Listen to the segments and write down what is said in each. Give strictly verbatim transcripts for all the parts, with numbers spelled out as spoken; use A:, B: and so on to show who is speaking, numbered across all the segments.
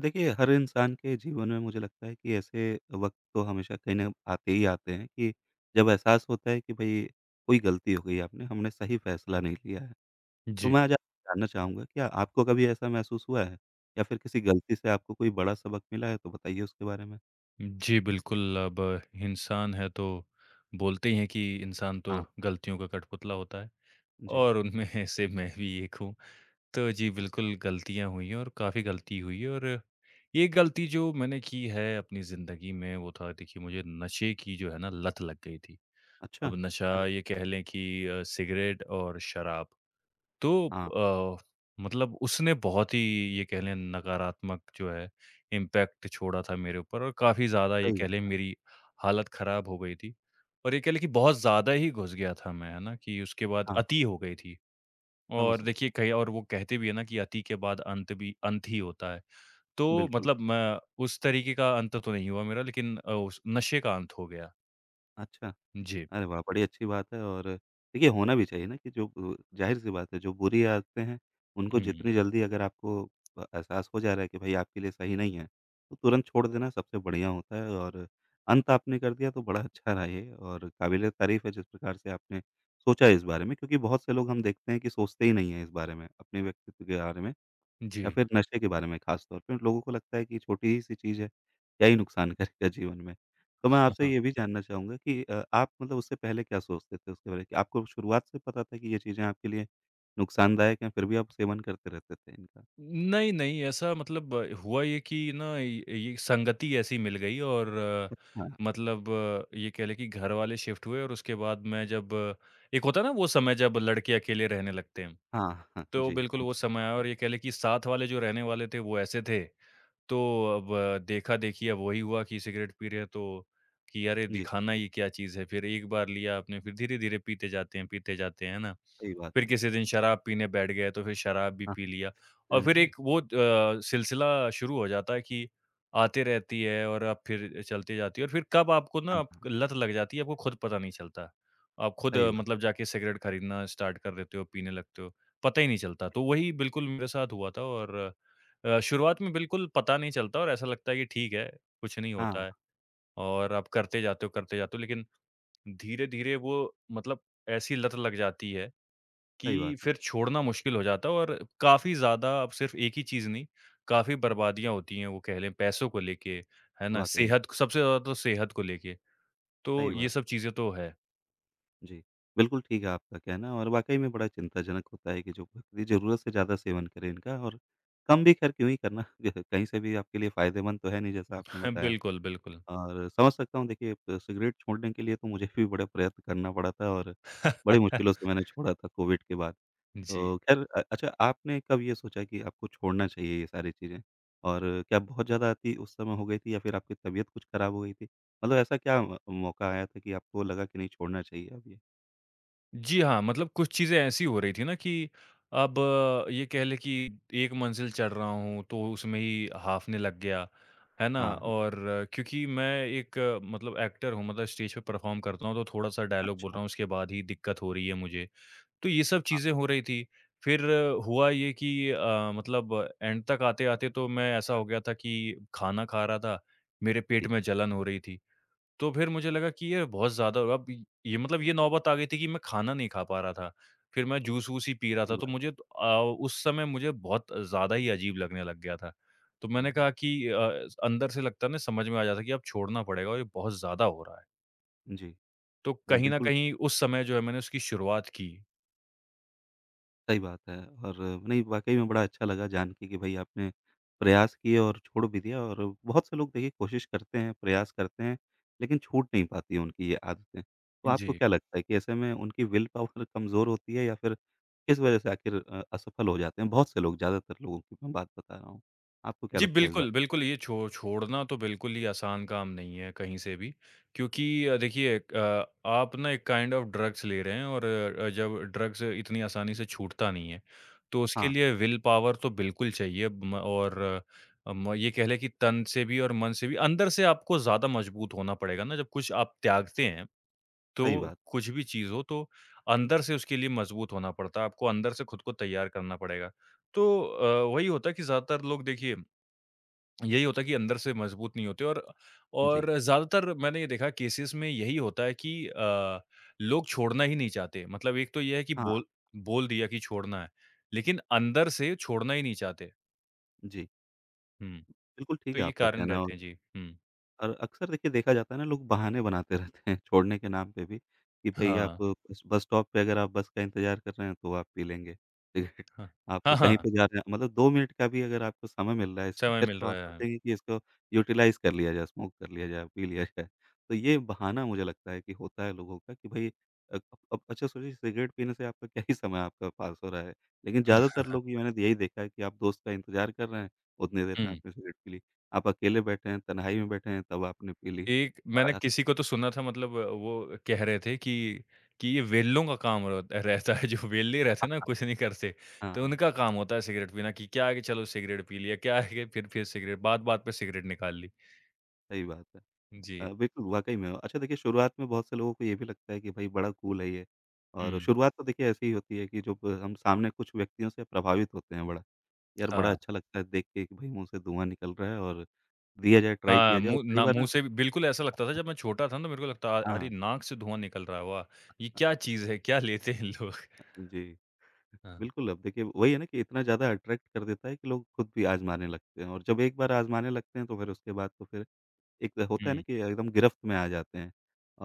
A: देखिए, हर इंसान के जीवन में मुझे लगता है कि ऐसे वक़्त तो हमेशा कहीं न आते ही आते हैं कि जब एहसास होता है कि भई कोई गलती हो गई आपने, हमने सही फ़ैसला नहीं लिया है। तो
B: जी।
A: मैं आज आपसे जानना चाहूँगा, क्या आपको कभी ऐसा महसूस हुआ है? या फिर किसी गलती से आपको कोई बड़ा सबक मिला है तो बताइए उसके बारे में?
B: जी, बिल्कुल, अब इंसान है तो बोलते ही हैं कि इंसान तो
A: हाँ,
B: गलतियों का कठपुतला होता है
A: जी।
B: और उनमें से मैं भी एक हूँ। तो जी, बिल्कुल गलतियाँ हुई हैं और काफ़ी गलती हुई है और एक गलती जो मैंने की है अपनी ज़िंदगी में वो था देखिए मुझे नशे की जो है ना लत लग गई थी।
A: अच्छा!
B: अब नशा
A: अरे!
B: ये कह लें कि अ, सिगरेट और शराब। तो
A: हाँ,
B: अ, मतलब उसने बहुत ही ये कह लें नकारात्मक जो है इम्पैक्ट छोड़ा था मेरे ऊपर और काफ़ी ज़्यादा ये
A: सही
B: कह लें
A: बात।
B: मेरी हालत ख़राब हो गई थी। और ये कह लें कि बहुत ज़्यादा ही घुस गया था मैं, है ना? कि उसके बाद
A: हाँ, हाँ,
B: अति हो गई थी।
A: समझ
B: और
A: सकते
B: देखिए कहीं और वो कहते भी हैं ना कि अति के बाद अंत भी अंत ही होता है। तो
A: बिल्कुल।
B: मतलब मैं उस तरीके का अंत तो नहीं हुआ मेरा लेकिन अ, उस नशे का अंत हो गया।
A: अच्छा।
B: जी।
A: अरे वाह! बड़ी अच्छी बात है और देखिए होना भी चाहिए ना कि जो अ, ज़ाहिर-सी बात है जो बुरी आदतें हैं, उनको
B: हुँ।
A: जितनी जल्दी अगर आपको अ, एहसास हो जा रहा है कि भई आपके लिए सही नहीं है, तो तुरंत छोड़ देना सबसे बढ़िया होता है और अंत आपने कर दिया तो बड़ा अच्छा रहा ये और काबिल-ए-तारीफ़ है जिस प्रकार से आपने सोचा इस बारे में क्योंकि बहुत से लोग हम देखते हैं कि सोचते ही नहीं हैं इस बारे में, अपने व्यक्तित्व के बारे में।
B: जी।
A: या फिर नशे के बारे में ख़ास तौर पे लोगों को लगता है कि छोटी ही सी चीज़ है, क्या ही नुकसान करेगा जीवन में। तो मैं आपसे ये भी जानना चाहूँगा कि अ, आप मतलब उससे पहले क्या सोचते थे उसके बारे में? कि आपको शुरुआत से पता था कि ये चीज़ें आपके लिए नुकसानदायक हैं, फिर भी आप सेवन करते रहते थे इनका?
B: नहीं, नहीं, ऐसा मतलब अ, हुआ ये कि ना ये ये संगति ऐसी मिल गई और अ,
A: अच्छा।
B: मतलब अ, ये कह लें कि घर वाले शिफ्ट हुए और उसके बाद मैं जब अ, एक होता है ना वो समय जब लड़के अकेले रहने लगते हैं,
A: हाँ, हाँ,
B: तो
A: जी,
B: बिल्कुल
A: समझ
B: वो समय
A: सकता
B: आया
A: हूँ।
B: और ये कह लें कि साथ वाले जो रहने वाले थे वो ऐसे थे, तो अब देखा-देखी अब वही हुआ कि सिगरेट पी रहे हैं तो कि अरे!
A: जी,
B: दिखाना ये क्या चीज़ है? फिर एक बार लिया आपने, फिर धीरे-धीरे पीते जाते हैं, पीते जाते हैं, है ना?
A: सही बात
B: फिर
A: है।
B: किसी दिन शराब पीने बैठ गए, तो फिर शराब भी पी लिया और
A: हाँ,
B: फिर
A: जी,
B: एक वो अ, सिलसिला शुरू हो जाता है कि आती रहती है और अब फिर चलती जाती है और फिर कब आपको ना
A: हाँ,
B: आप
A: हाँ,
B: लत लग जाती है, आपको खुद पता नहीं चलता। आप खुद
A: सही
B: अ,
A: बात।
B: मतलब जाके सिगरेट खरीदना स्टार्ट कर देते हो, पीने लगते हो, पता ही नहीं चलता। तो वही बिल्कुल मेरे साथ हुआ था और अ, शुरुआत में बिल्कुल पता नहीं चलता और ऐसा लगता है कि ठीक है, कुछ नहीं
A: हाँ,
B: होता है और आप करते जाते हो, करते जाते हो, लेकिन धीरे-धीरे वो मतलब ऐसी लत लग जाती है कि
A: सही बात है।
B: फिर छोड़ना मुश्किल हो जाता है और काफ़ी ज़्यादा अब सिर्फ़ एक ही चीज़ नहीं, काफ़ी बर्बादियाँ होती हैं, वो कह लें पैसों को लेके, है ना?
A: वाक़ई में,
B: सेहत को सबसे ज़्यादा तो सेहत को लेके, तो
A: सही
B: ये
A: बात।
B: सब चीज़ें तो है।
A: जी, बिल्कुल ठीक है आपका कहना और वाक़ई में बड़ा चिंताजनक होता है कि जो भक्ति ज़रूरत से ज़्यादा सेवन करें इनका और कम भी ख़ैर क्यों ही करना कहीं से भी आपके लिए फ़ायदेमंद तो है नहीं जैसा आपने बताया।
B: बिल्कुल, बिल्कुल।
A: और समझ सकता हूँ देखिए अ, सिगरेट छोड़ने के लिए तो मुझे भी बड़ा प्रयत्न करना पड़ा था और बड़ी मुश्किलों से मैंने छोड़ा था कोविड के बाद।
B: जी।
A: तो ख़ैर अ, अच्छा आपने कब ये सोचा कि आपको छोड़ना चाहिए ये सारी चीज़ें? और क्या बहुत ज़्यादा अति उस समय हो गई थी या फ़िर आपकी तबीयत कुछ ख़राब हो गई थी? मतलब ऐसा क्या म मौका आया था कि आपको लगा कि नहीं छोड़ना चाहिए अब ये?
B: जी हाँ, मतलब कुछ चीज़ें ऐसी हो रही थी ना कि अब अ, ये कह लें कि एक मंज़िल चढ़ रहा हूँ, तो उसमें ही हाँफने लग गया, है ना?
A: हाँ, हाँ।
B: और अ, क्योंकि मैं एक अ, मतलब एक्टर हूँ, मतलब स्टेज पे परफ़ॉर्म करता हूँ, तो थोड़ा-सा डायलॉग बोल रहा
A: अच्छा,
B: हूँ, उसके बाद ही दिक्कत हो रही है मुझे। तो ये सब चीज़ें हो
A: हाँ,
B: रही थी। फिर हुआ ये कि अ, मतलब एंड तक आते-आते तो मैं ऐसा हो गया था कि खाना खा रहा था, मेरे पेट
A: ठीक
B: में
A: है,
B: जलन हो रही थी। तो फिर मुझे लगा कि ये बहुत ज़्यादा अब ये मतलब ये नौबत आ गई थी कि मैं खाना नहीं खा पा रहा था। फिर मैं जूस-वूस ही पी रहा
A: अच्छी
B: था, तो
A: बात
B: मुझे तो, अ, उस समय मुझे बहुत ज़्यादा ही अजीब लगने लग गया था। तो
A: हुँ,
B: मैंने
A: हुँ।
B: कहा कि अ, अंदर से लगता है ना समझ में आ जाता है कि अब छोड़ना पड़ेगा और ये बहुत ज़्यादा हो रहा है।
A: जी,
B: तो
A: नहीं
B: कहीं न
A: बिल्कुल
B: कहीं उस समय जो है मैंने उसकी शुरुआत की।
A: सही बात है और नहीं वाक़ई में बड़ा अच्छा लगा जान के कि भई आपने प्रयास किए और छोड़ भी दिया और बहुत से लोग देखिए कोशिश करते हैं, प्रयास करते हैं, लेकिन छूट नहीं पाती है उनकी ये आदतें। तो आपको
B: जी।
A: क्या लगता है कि ऐसे में उनकी विल पावर कमज़ोर होती है या फिर किस वजह से आखिर अ, असफल हो जाते हैं? बहुत से लोग, ज़्यादातर लोगों की मैं बात बता रहा हूँ। आपको क्या
B: जी,
A: लगता है इस
B: बिल्कुल,
A: बारे
B: बिल्कुल, ये छो छोड़ना तो बिल्कुल ही आसान काम नहीं है कहीं से भी क्योंकि अ, देखिए अ, आप ना एक काइंड ऑफ़ ड्रग्स ले रहे हैं और अ, जब ड्रग्स इतनी आसानी से छूटता नहीं है, तो
A: में? हाँ,
B: उसके
A: हाँ,
B: लिए विल पावर तो बिल्कुल चाहिए म और अ, म ये कह लें कि तन से भी और मन से भी, अंदर से आपको ज़्यादा मजबूत होना पड़ेगा ना, जब कुछ आप त्यागते हैं,
A: सही
B: तो
A: बात।
B: कुछ भी चीज़ हो तो अंदर से उसके लिए मजबूत होना पड़ता है, आपको अंदर से खुद को तैयार करना पड़ेगा। तो अ, वही होता है कि ज़्यादातर लोग देखिए यही होता है कि अंदर से मजबूत नहीं होते और
A: जी,
B: और ज़्यादातर मैंने ये देखा केसेस में यही होता है कि अ, लोग छोड़ना ही नहीं चाहते। मतलब एक तो ये है कि
A: हाँ,
B: बोल बोल दिया कि छोड़ना है, लेकिन अंदर से छोड़ना ही नहीं चाहते।
A: जी,
B: हुँ,
A: बिल्कुल ठीक
B: तो
A: है
B: ये
A: आपका
B: कारण
A: कहना और
B: रहते हैं जी। हुँ,
A: और अक्सर देखिए देखा जाता है ना लोग बहाने बनाते रहते हैं छोड़ने के नाम पे भी कि भई आप
B: हाँ,
A: बस बस स्टॉप पे अगर आप बस का इंतज़ार कर रहे हैं तो आप पी लेंगे सिगरेट।
B: हाँ।
A: आप
B: हाँ,
A: कहीं
B: हाँ,
A: पे जा रहे हैं मतलब दो मिनट का भी अगर आपको समय मिल रहा है
B: समय
A: स्पेयर
B: मिल
A: तो
B: रहा
A: आप
B: है।
A: सोचेंगे कि इसको यूटिलाइज़ कर लिया जाए, स्मोक कर लिया जाए, पी लिया जाए। तो ये बहाना मुझे लगता है कि होता है लोगों का कि भई अ, अब अच्छा सोचिए सिगरेट पीने से आपका क्या ही समय आपका पास हो रहा है। लेकिन ज़्यादातर लोग ये मैंने यही देखा है कि आप दोस्त का इंतज़ार कर रहे हैं, उतनी देर में
B: हुँ।
A: आपने सिगरेट पी ली। आप अकेले बैठे हैं, तन्हाई में बैठे हैं, तब आपने पी ली।
B: एक
A: और
B: मैंने
A: अ,
B: किसी को तो सुना था मतलब वो कह रहे थे कि कि ये वेल्लों का काम र रहता है, जो वेल्ले रहते हैं ना कुछ नहीं करते, तो
A: हाँ,
B: उनका काम होता है सिगरेट पीना कि क्या है कि चलो सिगरेट पी लिया, क्या है कि फिर फिर सिगरेट बात-बात पे सिगरेट निकाल ली।
A: सही बात है।
B: जी।
A: अ, बिल्कुल, वाक़ई में। अच्छा देखिए शुरुआत में बहुत से लोगों को ये भी लगता है कि भई बड़ा कूल है ये और
B: हुँ।
A: शुरुआत तो देखिए ऐसी ही होती है कि जब हम सामने कुछ व्यक्तियों से प्रभावित होते हैं बड़ा। यार बड़ा
B: हाँ।
A: अच्छा लगता है देख के कि भई मुँह से धुआँ निकल रहा है और दिया जाए, ट्राई
B: हाँ,
A: किया जाए और
B: मुँह
A: कई
B: ना
A: बार
B: मुँह
A: ना
B: से भी- बिल्कुल ऐसा लगता था जब मैं छोटा था ना तो मेरे को लगता आ- अरे!
A: हाँ,
B: नाक से धुआँ निकल रहा है, वाह! ये क्या चीज़ है, क्या लेते हैं लोग?
A: जी,
B: हाँ।
A: बिल्कुल अब देखिए वही है ना कि इतना ज़्यादा अट्रैक्ट कर देता है कि लोग खुद भी आज़माने लगते हैं और जब एक बार आज़माने लगते हैं तो फिर उसके बाद तो फिर एक होता है ना
B: हुँ,
A: कि एकदम गिरफ्त में आ जाते हैं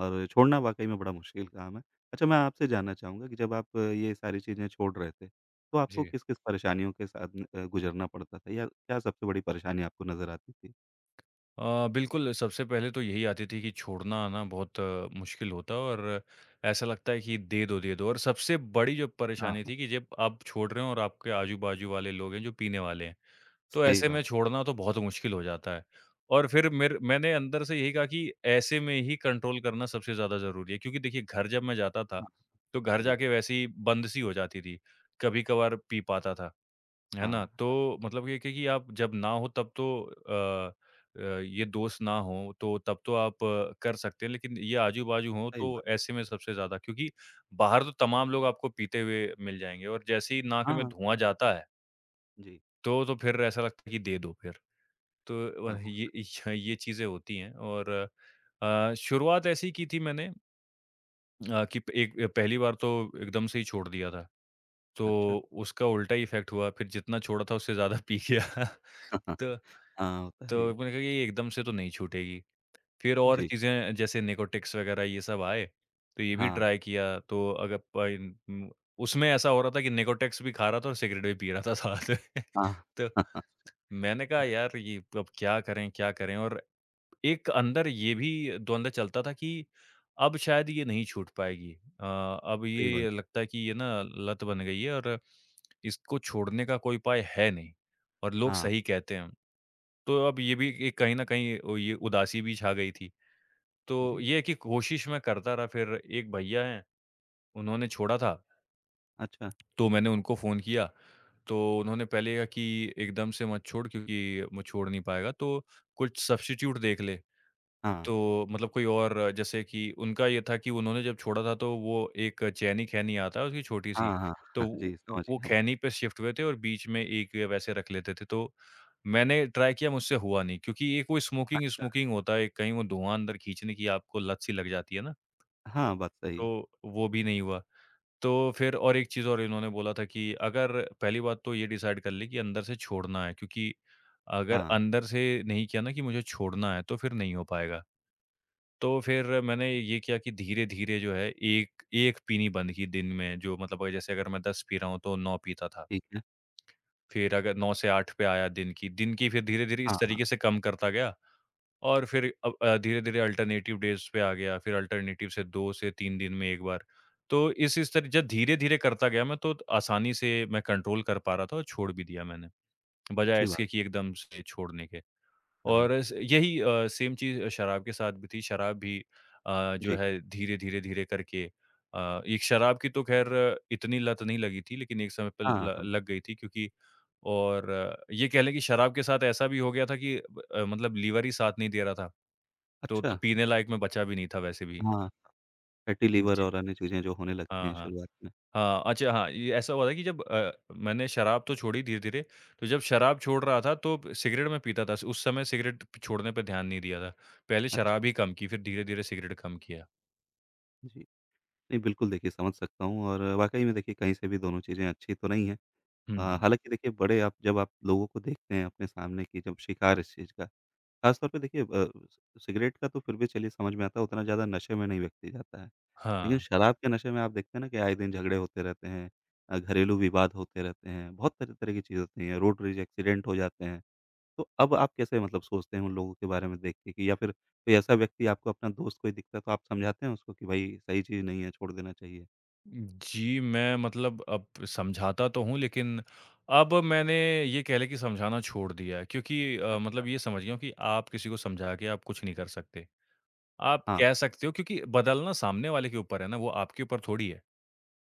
A: और छोड़ना वाक़ई में बड़ा मुश्किल काम है। अच्छा मैं आपसे जानना चाहूँगा कि जब आप ये सारी चीज़ें छोड़ रहे थे, तो आपको
B: जी।
A: किस-किस परेशानियों के साथ न अ, गुज़रना पड़ता था या क्या सबसे बड़ी परेशानी आपको नज़र आती थी?
B: अ, बिल्कुल, सबसे पहले तो यही आती थी कि छोड़ना ना बहुत अ, मुश्किल होता है और ऐसा लगता है कि दे दो, दे दो और सबसे बड़ी जो
A: हाँ।
B: परेशानी
A: हाँ,
B: थी कि जब आप छोड़ रहे हो और आपके आजू-बाजू वाले लोग हैं जो पीने वाले हैं, तो
A: सही
B: ऐसे में
A: बात है।
B: छोड़ना तो बहुत मुश्किल हो जाता है। और फिर मेर मैंने अंदर से यही कहा कि ऐसे में ही कंट्रोल करना सबसे ज़्यादा ज़रूरी है क्योंकि देखिए घर जब मैं जाता था,
A: हाँ।
B: तो घर
A: जी,
B: जाके वैसे ही बंद सी हो जाती थी, कभी-कभार पी पाता था। है ना?
A: हाँ,
B: तो मतलब ये है कि आप जब ना हो तब तो अ अ, ये दोस्त ना हो तो तब तो आप अ, कर सकते हैं, लेकिन ये आजू-बाजू हो तो
A: सही बात है।
B: ऐसे में सबसे ज़्यादा क्योंकि बाहर तो तमाम लोग आपको पीते हुए मिल जाएँगे और जैसे ही नाक
A: हाँ,
B: में
A: हाँ,
B: धुआँ
A: बिल्कुल।
B: जाता है,
A: जी,
B: तो तो फिर ऐसा लगता है कि दे दो फिर। तो वह
A: हाँ,
B: ये य ये चीज़ें होती हैं और अ, शुरुआत ऐसी की थी मैंने अ, कि एक पहली बार तो एकदम से ही छोड़ दिया था,
A: अच्छा।
B: तो उसका उल्टा ही इफ़ेक्ट हुआ, फिर जितना छोड़ा था उससे ज़्यादा पी गया। तो
A: हाँ, होता है
B: तो
A: ये।
B: मैंने कहा कि ये एकदम से तो नहीं छूटेगी। फिर और
A: जी,
B: चीज़ें जैसे निकोटिक्स वग़ैरह ये सब आए, तो ये भी
A: हाँ,
B: ट्राई किया। तो अगर पइन उम, उसमें ऐसा हो रहा था कि निकोटिक्स भी खा रहा था और सिगरेट भी पी रहा था साथ में।
A: हाँ।
B: तो मैंने कहा
A: हाँ,
B: यार ये अब क्या करें, क्या करें? और एक अंदर ये भी द्वंद चलता था कि अब शायद ये नहीं छूट पाएगी। अ, अब
A: सही बात
B: ये
A: है।
B: लगता है कि ये ना लत बन गई है और इसको छोड़ने का कोई उपाय है नहीं और लोग
A: हाँ,
B: सही कहते हैं। तो अब ये भी एक कहीं न कहीं ओ ये उदासी भी छा गई थी। तो
A: जी,
B: ये है कि कोशिश मैं करता रहा फिर एक भैया हैं, उन्होंने छोड़ा था,
A: अच्छा।
B: तो मैंने उनको फ़ोन किया, तो उन्होंने पहले कहा कि एकदम से मत छोड़ क्योंकि मैं छोड़ नहीं पाएगा, तो कुछ सब्स्टिट्यूट देख ले।
A: हाँ, हाँ।
B: तो मतलब कोई और अ, जैसे कि उनका ये था कि उन्होंने जब छोड़ा था तो वो एक चैनी खैनी आता है उसकी छोटी-सी,
A: हाँ, हाँ,
B: तो
A: हाँ, जी
B: वो
A: समझ
B: वो
A: गया मैं।
B: खैनी पे शिफ्ट हुए थे और बीच में एक वैसे रख लेते थे। तो मैंने ट्राई किया मुझसे हुआ नहीं क्योंकि एक वो
A: अच्छा।
B: स्मोकिंग-स्मोकिंग होता है, कहीं वो धुआँ अंदर खींचने की आपको लत सी लग जाती है ना,
A: हाँ, बात सही
B: तो
A: है।
B: वो भी नहीं हुआ। तो फिर और एक चीज़ और इन्होंने बोला था कि अगर पहली बात तो ये डिसाइड कर ली कि अंदर से छोड़ना है क्योंकि अगर
A: हाँ,
B: अंदर से नहीं किया ना कि मुझे छोड़ना है तो फिर नहीं हो पाएगा। तो फिर मैंने ये किया कि धीरे-धीरे जो है, एक एक पीनी बंद की दिन में, जो मतलब अगर जैसे अगर मैं दस पी रहा हूँ, तो नौ पीता था।
A: ठीक है।
B: फिर अगर नौ से आठ पे आया दिन की दिन की फिर धीरे-धीरे इस
A: हाँ,
B: तरीके से कम करता गया और फिर अब अ, धीरे-धीरे अल्टरनेटिव डेज़ पे आ गया, फिर अल्टरनेटिव से दो से तीन दिन में एक बार। तो इस इस तरी जब धीरे-धीरे करता गया मैं, तो आसानी से मैं कंट्रोल कर पा रहा था और छोड़ भी दिया मैंने, बजाय
A: अच्छी बात।
B: इसके कि एकदम से छोड़ने के।
A: हाँ,
B: और स यही अ, सेम चीज़ शराब के साथ भी थी, शराब भी अ, जो
A: जी।
B: है धीरे, धीरे, धीरे करके अ, एक शराब की तो ख़ैर इतनी लत नहीं लगी थी, लेकिन एक समय पे
A: हाँ,
B: ल
A: हाँ।
B: लग गई थी क्योंकि और अ, ये कह लें कि शराब के साथ ऐसा भी हो गया था कि ब अ, मतलब लीवर ही साथ नहीं दे रहा था, तो तो
A: अच्छा,
B: पीने लायक मैं बचा भी नहीं था वैसे भी।
A: हाँ, फैटी लीवर
B: जी।
A: और अन्य चीज़ें जो होने लगती
B: हाँ,
A: हैं
B: हाँ।
A: शुरुआत में।
B: हाँ, अच्छा हाँ, ये ऐसा हुआ था कि जब अ, मैंने शराब तो छोड़ी धीरे-धीरे, तो जब शराब छोड़ रहा था तो ब सिगरेट मैं पीता था। उस समय सिगरेट प छोड़ने पे ध्यान नहीं दिया था। पहले
A: अच्छा,
B: शराब ही कम की, फिर धीरे-धीरे सिगरेट कम किया।
A: जी। नहीं, बिल्कुल देखिए समझ सकता हूँ और वाक़ई में देखिए कहीं से भी दोनों चीज़ें अच्छी तो नहीं हैं।
B: हुँ,
A: अ,
B: हुँ।
A: हालाँकि देखिए बड़े आप जब आप लोगों को देखते हैं अपने सामने कि जब शिकार इस चीज़ का, खास तौर पे देखिए अ, सिगरेट का तो फिर भी चलिए समझ में आता है, उतना ज़्यादा नशे में नहीं व्यक्ति जाता है। लेकिन
B: हाँ।
A: शराब के नशे में आप देखते हैं ना कि आए दिन झगड़े होते रहते हैं अ, घरेलू विवाद होते रहते हैं, बहुत तरह-तरह की चीज़ होती हैं, रोड रेज एक्सीडेंट हो जाते हैं। तो अब आप कैसे मतलब सोचते हैं उन लोगों के बारे में देख के कि या फिर कोई ऐसा व्यक्ति आपको अपना दोस्त कोई दिखता है तो आप समझाते हैं उसको कि भाई सही चीज़ नहीं है, छोड़ देना चाहिए?
B: जी, मैं मतलब अब समझाता तो हूँ, लेकिन अब मैंने ये कह लें कि समझाना छोड़ दिया है, क्योंकि अ,
A: अच्छा,
B: मतलब ये समझ गया हूँ कि आप किसी को समझा के आप कुछ नहीं कर सकते। आप
A: हाँ।
B: कह सकते हो क्योंकि बदलना सामने वाले के ऊपर है ना, वो आपके ऊपर थोड़ी है।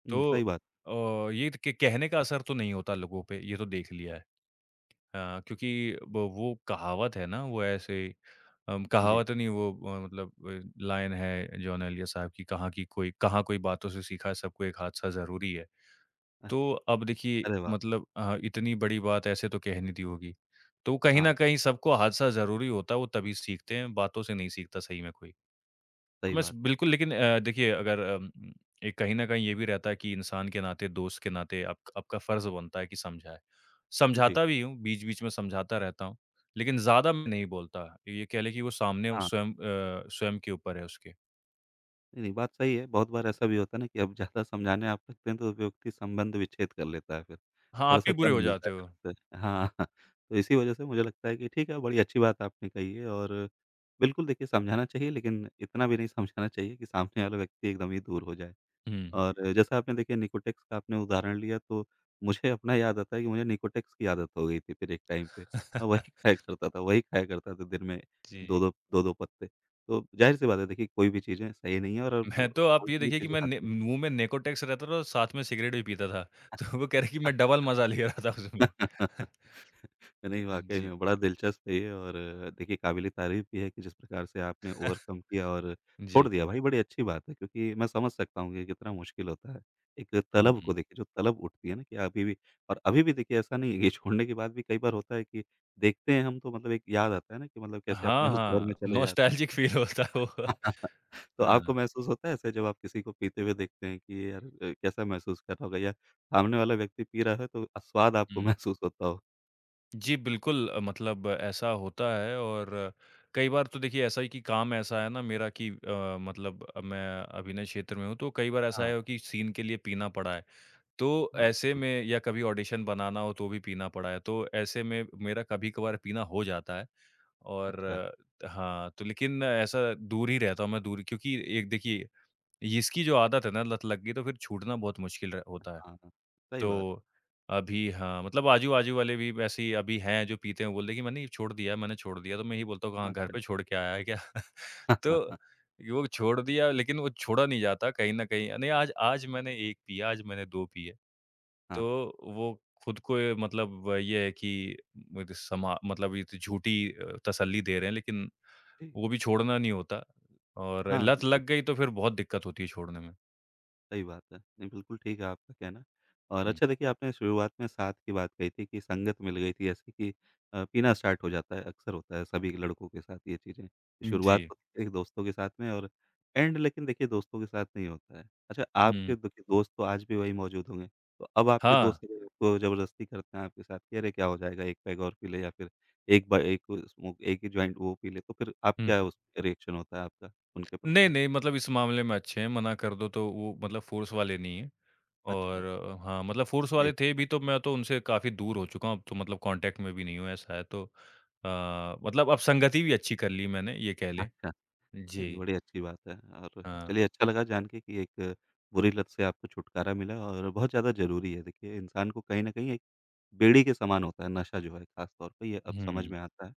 A: हुँ,
B: तो
A: सही बात।
B: अ, ये क कहने का असर तो नहीं होता लोगों पे, ये तो देख लिया है। हाँ, क्योंकि ब वो कहावत है ना, वो ऐसे अम,
A: जी।
B: कहावत नहीं, वो अ, मतलब अ, लाइन है जॉन एलिया साहब की, "कहाँ की कोई कहाँ कोई बातों से सीखा, सबको एक हादसा ज़रूरी है।"
A: अ,
B: तो अब देखिए
A: अरे वाह!
B: मतलब अ, इतनी बड़ी बात ऐसे तो कह नहीं दी होगी। तो कहीं न
A: हाँ,
B: कहीं सबको हादसा ज़रूरी होता है, वो तभी सीखते हैं, बातों से नहीं सीखता सही में कोई। तो
A: सही
B: मैं स
A: बात है।
B: बिल्कुल, लेकिन अ, देखिए अगर अम, एक कहीं न कहीं ये भी रहता है कि इंसान के नाते, दोस्त के नाते आप आपका फ़र्ज़ बनता है कि समझाएँ।
A: जी।
B: समझाता भी हूँ, बीच-बीच में समझाता रहता हूँ, लेकिन ज़्यादा मैं नहीं बोलता। ये कह लें कि वो सामने वो
A: हाँ।
B: स्वयं अ, स्वयं के ऊपर है उसके।
A: नहीं, नहीं, बात सही है। बहुत बार ऐसा भी होता है ना कि अब ज़्यादा समझाने आप लगते हैं, तो व्यक्ति संबंध विच्छेद कर लेता है फिर।
B: हाँ, आप ही
A: थोड़ा-सा
B: बुरे
A: कम
B: हो
A: मिलता
B: जाते
A: है
B: हो।
A: लगता है। हाँ, तो इसी वजह से मुझे लगता है कि ठीक है, बड़ी अच्छी बात आपने कही है और बिल्कुल देखिए समझाना चाहिए, लेकिन इतना भी नहीं समझाना चाहिए कि सामने वाला व्यक्ति एकदम ही दूर हो जाए।
B: हुँ।
A: और जैसा आपने देखिए निकोटेक्स का आपने उदाहरण लिया तो मुझे अपना याद आता है कि मुझे निकोटेक्स की आदत हो गई थी फिर एक टाइम पे। मैं वही खाया करता था, वही खाया करता था दिन में
B: जी।
A: दो दो 2-2 पत्ते। तो ज़ाहिर-सी बात है देखिए कोई भी चीज़ें सही नहीं है और अब
B: मैं तो आप ये
A: फालतू की
B: देखिए कि
A: चीज़ें
B: मैं ने
A: खाते
B: मुँह में निकोटेक्स रहता था और साथ में सिगरेट भी पीता था। तो वो कह रहे हैं कि
A: हैं।
B: मैं डबल मज़ा ले रहा था उसमें।
A: नहीं, वाक़ई
B: जी।
A: में बड़ा दिलचस्प है ये और देखिए काबिल-ए-तारीफ़ भी है कि जिस प्रकार से आपने ओवरकम किया और
B: जी।
A: छोड़ दिया भाई, बड़ी अच्छी बात है क्योंकि मैं समझ सकता हूँ कि कितना मुश्किल होता है। एक
B: हुँ,
A: तलब को
B: हुँ।
A: देखिए जो तलब उठती है ना कि अभी भी और अभी भी देखिए ऐसा नहीं है कि छोड़ने के बाद भी कई बार होता है कि देखते हैं हम तो मतलब एक याद आता है ना कि मतलब कैसे
B: हाँ,
A: अपने उस दौर में
B: हाँ,
A: चले जाते
B: नॉस्टैल्जिक फ़ील होता है वो।
A: हैं। तो
B: हाँ,
A: आपको महसूस होता है ऐसे जब आप किसी को पीते हुए देखते हैं कि यार अ, कैसा महसूस कर रहा होगा या सामने वाला व्यक्ति पी रहा है तो स्वाद आपको
B: हुँ।
A: महसूस होता हो?
B: जी, बिल्कुल अ, मतलब ऐसा होता है और कई बार तो देखिए ऐसा है कि काम ऐसा है ना मेरा कि अ, मतलब मैं अभिनय क्षेत्र में हूँ, तो कई बार ऐसा
A: हाँ,
B: है कि सीन के लिए पीना पड़ा है। तो
A: हाँ,
B: ऐसे
A: बिल्कुल।
B: में या कभी ऑडिशन बनाना हो तो भी पीना पड़ा है, तो ऐसे में मेरा कभी-कभार पीना हो जाता है और
A: अच्छा, अच्छा।
B: अ, हाँ, तो लेकिन ऐसा दूर ही रहता हूँ मैं दूर क्योंकि एक देखिए, इसकी जो आदत है ना लत लग गई तो फिर छूटना बहुत मुश्किल र होता है।
A: हाँ, हाँ। सही बात।
B: तो अभी हाँ, मतलब आजू-बाजू वाले भी वैसे ही अभी हैं जो पीते हैं, बोलते हैं कि मैंने ये छोड़ दिया, मैंने छोड़ दिया। तो मैं यही बोलता हूँ, "हाँ, घर
A: अच्छा।
B: पे छोड़ के आया है क्या?" तो
A: हाँ,
B: वो छोड़ दिया, लेकिन वो छोड़ा नहीं जाता कहीं न कहीं। नहीं, आज आज मैंने एक पिया, आज मैंने दो पिए।
A: हाँ
B: तो
A: हाँ,
B: वो खुद को ये मतलब ये है कि मुझे समा मतलब ये तो झूठी अ, तसल्ली दे रहे हैं, लेकिन
A: जी।
B: वो भी छोड़ना नहीं होता और
A: हाँ,
B: लत
A: बिल्कुल।
B: लग गई तो फिर बहुत दिक्कत होती है छोड़ने में।
A: सही बात है। नहीं, बिल्कुल ठीक है आपका कहना और
B: हुँ।
A: अच्छा देखिए आपने शुरुआत में साथ की बात कही थी कि संगत मिल गई थी जैसे कि अ, पीना स्टार्ट हो जाता है, अक्सर होता है सभी लड़कों के साथ ये चीज़ें। कि
B: जी।
A: शुरुआत होती है एक दोस्तों के साथ में और एंड लेकिन देखिए दोस्तों के साथ नहीं होता है। अच्छा
B: हुँ।
A: आपके देखिए दोस्त तो आज भी वही मौजूद होंगे, तो अब आपके
B: हाँ।
A: दोस्त को ज़बरदस्ती करते हैं आपके साथ कि अरे क्या हो जाएगा, एक पेग और पी ले या फिर एक ब एक स्मोक एक ही जॉइंट वो पी ले, तो फिर आप
B: हुँ, हुँ।
A: क्या उस रिएक्शन होता है आपका उनके
B: नहीं,
A: प्रति?
B: नहीं मतलब इस मामले में अच्छे हैं, मना कर दो तो वो मतलब फ़ोर्स वाले नहीं हैं और
A: अच्छा,
B: अ, हाँ, मतलब फ़ोर्स
A: बड़ी
B: वाले
A: अच्छी
B: थे भी तो
A: बात
B: मैं तो उनसे काफ़ी दूर हो चुका हूँ, अब तो मतलब कॉन्टैक्ट में भी नहीं हूँ, ऐसा है तो अ, मतलब अब संगति भी अच्छी कर ली मैंने, ये कह
A: है।
B: लें।
A: अच्छा। नहीं, नहीं,
B: जी,
A: बड़ी अच्छी बात है और
B: हाँ।
A: चलिए अच्छा लगा जान के कि एक बुरी लत से आपको छुटकारा मिला और बहुत ज़्यादा ज़रूरी है। देखिए इंसान को कहीं न कहीं एक बेड़ी के समान होता है नशा जो है ख़ास तौर पे, ये अब समझ
B: हुँ।
A: में आता है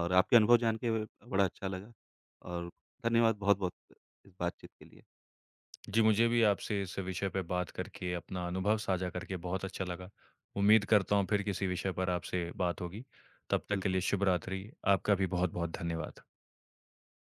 A: और आपके अनुभव जान के बड़ा अच्छा लगा और धन्यवाद बहुत-बहुत इस बातचीत के लिए।
B: जी, मुझे भी आपसे इस विषय पे बात करके, अपना अनुभव साझा करके बहुत अच्छा लगा। उम्मीद करता हूँ फिर किसी विषय पर आपसे बात होगी, तब तक के लिए
A: बिल्कुल।
B: शुभ रात्रि। आपका भी बहुत-बहुत धन्यवाद।